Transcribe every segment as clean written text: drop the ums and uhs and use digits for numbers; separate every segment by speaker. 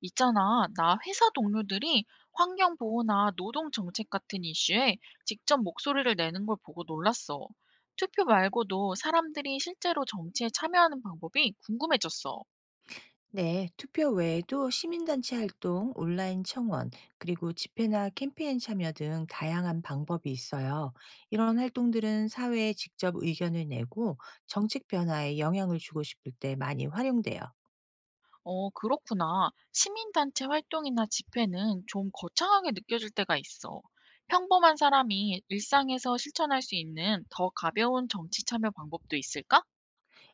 Speaker 1: 있잖아, 나 회사 동료들이 환경보호나 노동정책 같은 이슈에 직접 목소리를 내는 걸 보고 놀랐어. 투표 말고도 사람들이 실제로 정치에 참여하는 방법이 궁금해졌어.
Speaker 2: 네, 투표 외에도 시민단체 활동, 온라인 청원, 그리고 집회나 캠페인 참여 등 다양한 방법이 있어요. 이런 활동들은 사회에 직접 의견을 내고 정책 변화에 영향을 주고 싶을 때 많이 활용돼요.
Speaker 1: 어, 그렇구나. 시민단체 활동이나 집회는 좀 거창하게 느껴질 때가 있어. 평범한 사람이 일상에서 실천할 수 있는 더 가벼운 정치 참여 방법도 있을까?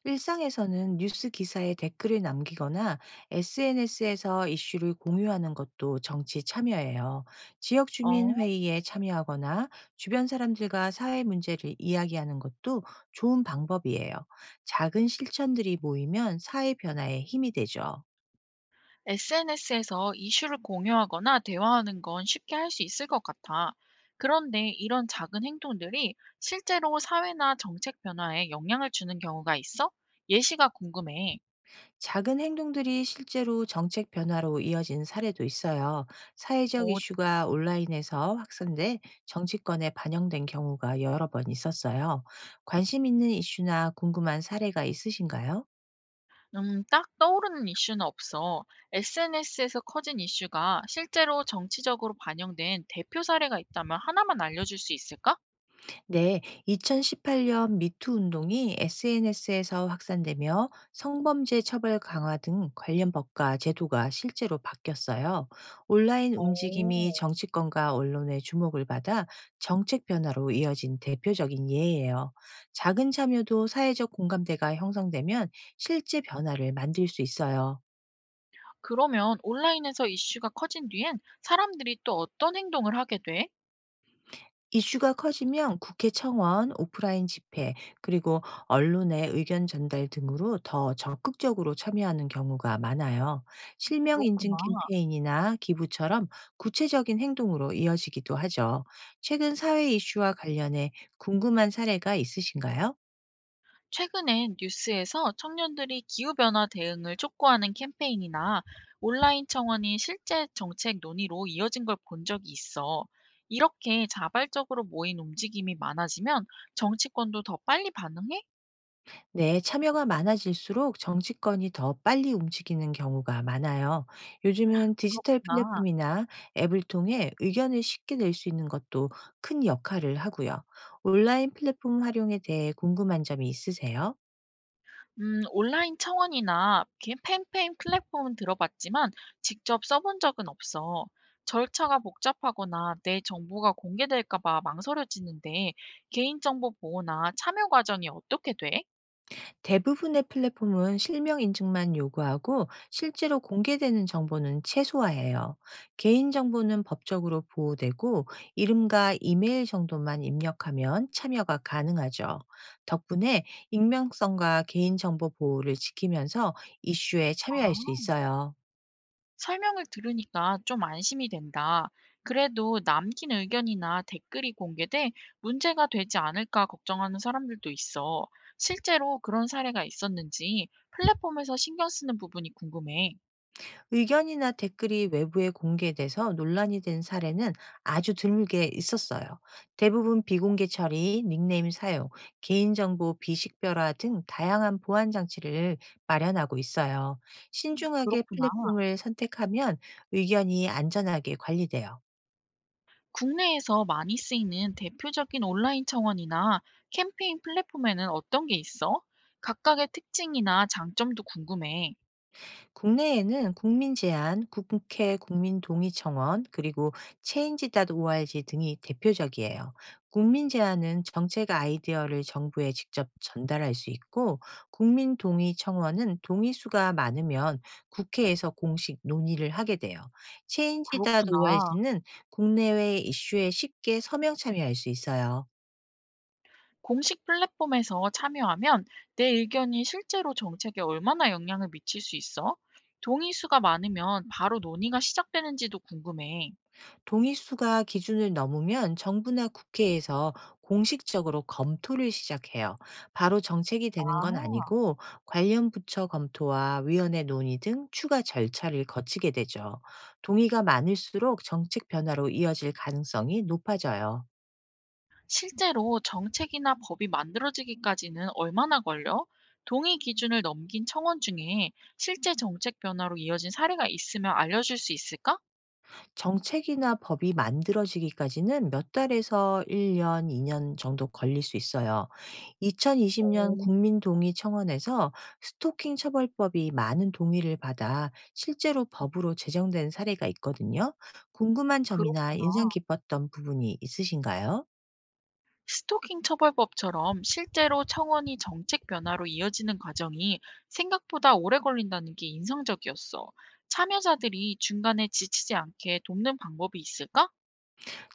Speaker 2: 일상에서는 뉴스 기사에 댓글을 남기거나 SNS에서 이슈를 공유하는 것도 정치 참여예요. 지역
Speaker 1: 어.
Speaker 2: 주민 회의에 참여하거나 주변 사람들과 사회 문제를 이야기하는 것도 좋은 방법이에요. 작은 실천들이 모이면 사회 변화에 힘이 되죠.
Speaker 1: SNS에서 이슈를 공유하거나 대화하는 건 쉽게 할 수 있을 것 같아. 그런데 이런 작은 행동들이 실제로 사회나 정책 변화에 영향을 주는 경우가 있어? 예시가 궁금해.
Speaker 2: 작은 행동들이 실제로 정책 변화로 이어진 사례도 있어요. 사회적
Speaker 1: 어,
Speaker 2: 이슈가 온라인에서 확산돼 정치권에 반영된 경우가 여러 번 있었어요. 관심 있는 이슈나 궁금한 사례가 있으신가요?
Speaker 1: 딱 떠오르는 이슈는 없어. SNS에서 커진 이슈가 실제로 정치적으로 반영된 대표 사례가 있다면 하나만 알려줄 수 있을까?
Speaker 2: 네, 2018년 미투 운동이 SNS에서 확산되며 성범죄 처벌 강화 등 관련 법과 제도가 실제로 바뀌었어요. 온라인 움직임이
Speaker 1: 오.
Speaker 2: 정치권과 언론의 주목을 받아 정책 변화로 이어진 대표적인 예예요. 작은 참여도 사회적 공감대가 형성되면 실제 변화를 만들 수 있어요.
Speaker 1: 그러면 온라인에서 이슈가 커진 뒤엔 사람들이 또 어떤 행동을 하게 돼?
Speaker 2: 이슈가 커지면 국회 청원, 오프라인 집회, 그리고 언론의 의견 전달 등으로 더 적극적으로 참여하는 경우가 많아요. 실명 인증
Speaker 1: 그렇구나.
Speaker 2: 캠페인이나 기부처럼 구체적인 행동으로 이어지기도 하죠. 최근 사회 이슈와 관련해 궁금한 사례가 있으신가요?
Speaker 1: 최근엔 뉴스에서 청년들이 기후변화 대응을 촉구하는 캠페인이나 온라인 청원이 실제 정책 논의로 이어진 걸 본 적이 있어. 이렇게 자발적으로 모인 움직임이 많아지면 정치권도 더 빨리 반응해?
Speaker 2: 네, 참여가 많아질수록 정치권이 더 빨리 움직이는 경우가 많아요. 요즘은 디지털
Speaker 1: 나
Speaker 2: 플랫폼이나 앱을 통해 의견을 쉽게 낼 수 있는 것도 큰 역할을 하고요. 온라인 플랫폼 활용에 대해 궁금한 점이 있으세요?
Speaker 1: 온라인 청원이나 캠페인 플랫폼은 들어봤지만 직접 써본 적은 없어. 절차가 복잡하거나 내 정보가 공개될까 봐 망설여지는데 개인정보 보호나 참여 과정이 어떻게 돼?
Speaker 2: 대부분의 플랫폼은 실명 인증만 요구하고 실제로 공개되는 정보는 최소화해요. 개인 정보는 법적으로 보호되고 이름과 이메일 정도만 입력하면 참여가 가능하죠. 덕분에 익명성과 개인 정보 보호를 지키면서 이슈에 참여할 수
Speaker 1: 아.
Speaker 2: 있어요.
Speaker 1: 설명을 들으니까 좀 안심이 된다. 그래도 남긴 의견이나 댓글이 공개돼 문제가 되지 않을까 걱정하는 사람들도 있어. 실제로 그런 사례가 있었는지 플랫폼에서 신경 쓰는 부분이 궁금해.
Speaker 2: 의견이나 댓글이 외부에 공개돼서 논란이 된 사례는 아주 드물게 있었어요. 대부분 비공개 처리, 닉네임 사용, 개인정보 비식별화 등 다양한 보안 장치를 마련하고 있어요. 신중하게
Speaker 1: 그렇구나.
Speaker 2: 플랫폼을 선택하면 의견이 안전하게 관리돼요.
Speaker 1: 국내에서 많이 쓰이는 대표적인 온라인 청원이나 캠페인 플랫폼에는 어떤 게 있어? 각각의 특징이나 장점도 궁금해.
Speaker 2: 국내에는 국민 제안, 국회 국민 동의 청원, 그리고 change.org 등이 대표적이에요. 국민 제안은 정책 아이디어를 정부에 직접 전달할 수 있고, 국민 동의 청원은 동의수가 많으면 국회에서 공식 논의를 하게 돼요.
Speaker 1: 그렇구나.
Speaker 2: change.org는 국내외 이슈에 쉽게 서명 참여할 수 있어요.
Speaker 1: 공식 플랫폼에서 참여하면 내 의견이 실제로 정책에 얼마나 영향을 미칠 수 있어? 동의 수가 많으면 바로 논의가 시작되는지도 궁금해.
Speaker 2: 동의수가 기준을 넘으면 정부나 국회에서 공식적으로 검토를 시작해요. 바로 정책이 되는
Speaker 1: 아,
Speaker 2: 건 아니고 관련 부처 검토와 위원회 논의 등 추가 절차를 거치게 되죠. 동의가 많을수록 정책 변화로 이어질 가능성이 높아져요.
Speaker 1: 실제로 정책이나 법이 만들어지기까지는 얼마나 걸려? 동의 기준을 넘긴 청원 중에 실제 정책 변화로 이어진 사례가 있으면 알려줄 수 있을까?
Speaker 2: 정책이나 법이 만들어지기까지는 몇 달에서 1 년, 2년 정도 걸릴 수 있어요. 2020년
Speaker 1: 오,
Speaker 2: 국민 동의 청원에서 스토킹 처벌법이 많은 동의를 받아 실제로 법으로 제정된 사례가 있거든요. 궁금한 점이나 인상
Speaker 1: 그렇구나.
Speaker 2: 깊었던 부분이 있으신가요?
Speaker 1: 스토킹 처벌법처럼 실제로 청원이 정책 변화로 이어지는 과정이 생각보다 오래 걸린다는 게 인상적이었어. 참여자들이 중간에 지치지 않게 돕는 방법이 있을까?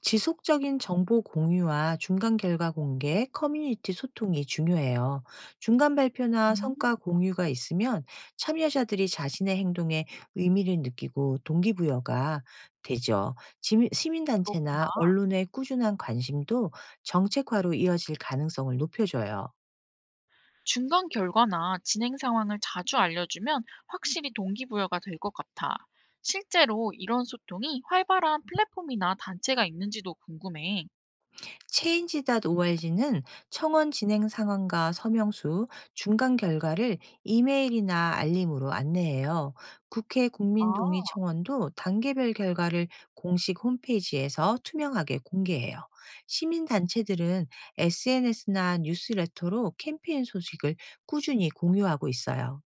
Speaker 2: 지속적인 정보 공유와 중간 결과 공개, 커뮤니티 소통이 중요해요. 중간 발표나
Speaker 1: 음,
Speaker 2: 성과 공유가 있으면 참여자들이 자신의 행동에 의미를 느끼고 동기부여가 되죠. 시민단체나
Speaker 1: 그렇구나.
Speaker 2: 언론의 꾸준한 관심도 정책화로 이어질 가능성을 높여줘요.
Speaker 1: 중간 결과나 진행 상황을 자주 알려주면 확실히 동기부여가 될 것 같아. 실제로 이런 소통이 활발한 플랫폼이나 단체가 있는지도 궁금해.
Speaker 2: change.org는 청원 진행 상황과 서명수, 중간 결과를 이메일이나 알림으로 안내해요. 국회
Speaker 1: 아,
Speaker 2: 국민동의 청원도 단계별 결과를 공식 홈페이지에서 투명하게 공개해요. 시민단체들은 SNS나 뉴스레터로 캠페인 소식을 꾸준히 공유하고 있어요.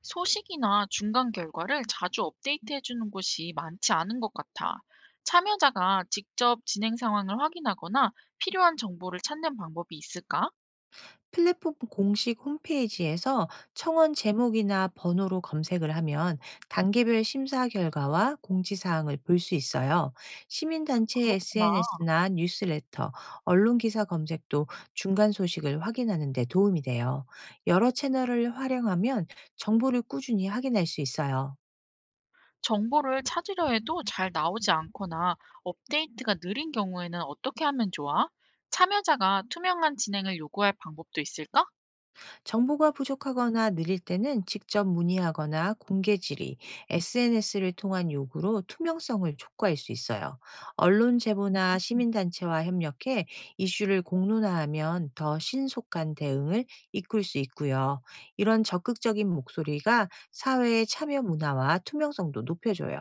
Speaker 1: 소식이나 중간 결과를 자주 업데이트해 주는 곳이 많지 않은 것 같아. 참여자가 직접 진행 상황을 확인하거나 필요한 정보를 찾는 방법이 있을까?
Speaker 2: 플랫폼 공식 홈페이지에서 청원 제목이나 번호로 검색을 하면 단계별 심사 결과와 공지사항을 볼 수 있어요. 시민단체
Speaker 1: 그렇구나.
Speaker 2: SNS나 뉴스레터, 언론기사 검색도 중간 소식을 확인하는 데 도움이 돼요. 여러 채널을 활용하면 정보를 꾸준히 확인할 수 있어요.
Speaker 1: 정보를 찾으려 해도 잘 나오지 않거나 업데이트가 느린 경우에는 어떻게 하면 좋아? 참여자가 투명한 진행을 요구할 방법도 있을까?
Speaker 2: 정보가 부족하거나 느릴 때는 직접 문의하거나 공개 질의, SNS를 통한 요구로 투명성을 촉구할 수 있어요. 언론 제보나 시민단체와 협력해 이슈를 공론화하면 더 신속한 대응을 이끌 수 있고요. 이런 적극적인 목소리가 사회의 참여 문화와 투명성도 높여줘요.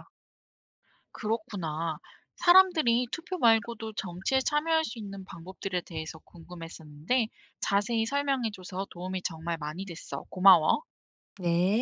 Speaker 1: 그렇구나. 사람들이 투표 말고도 정치에 참여할 수 있는 방법들에 대해서 궁금했었는데 자세히 설명해줘서 도움이 정말 많이 됐어. 고마워.
Speaker 2: 네.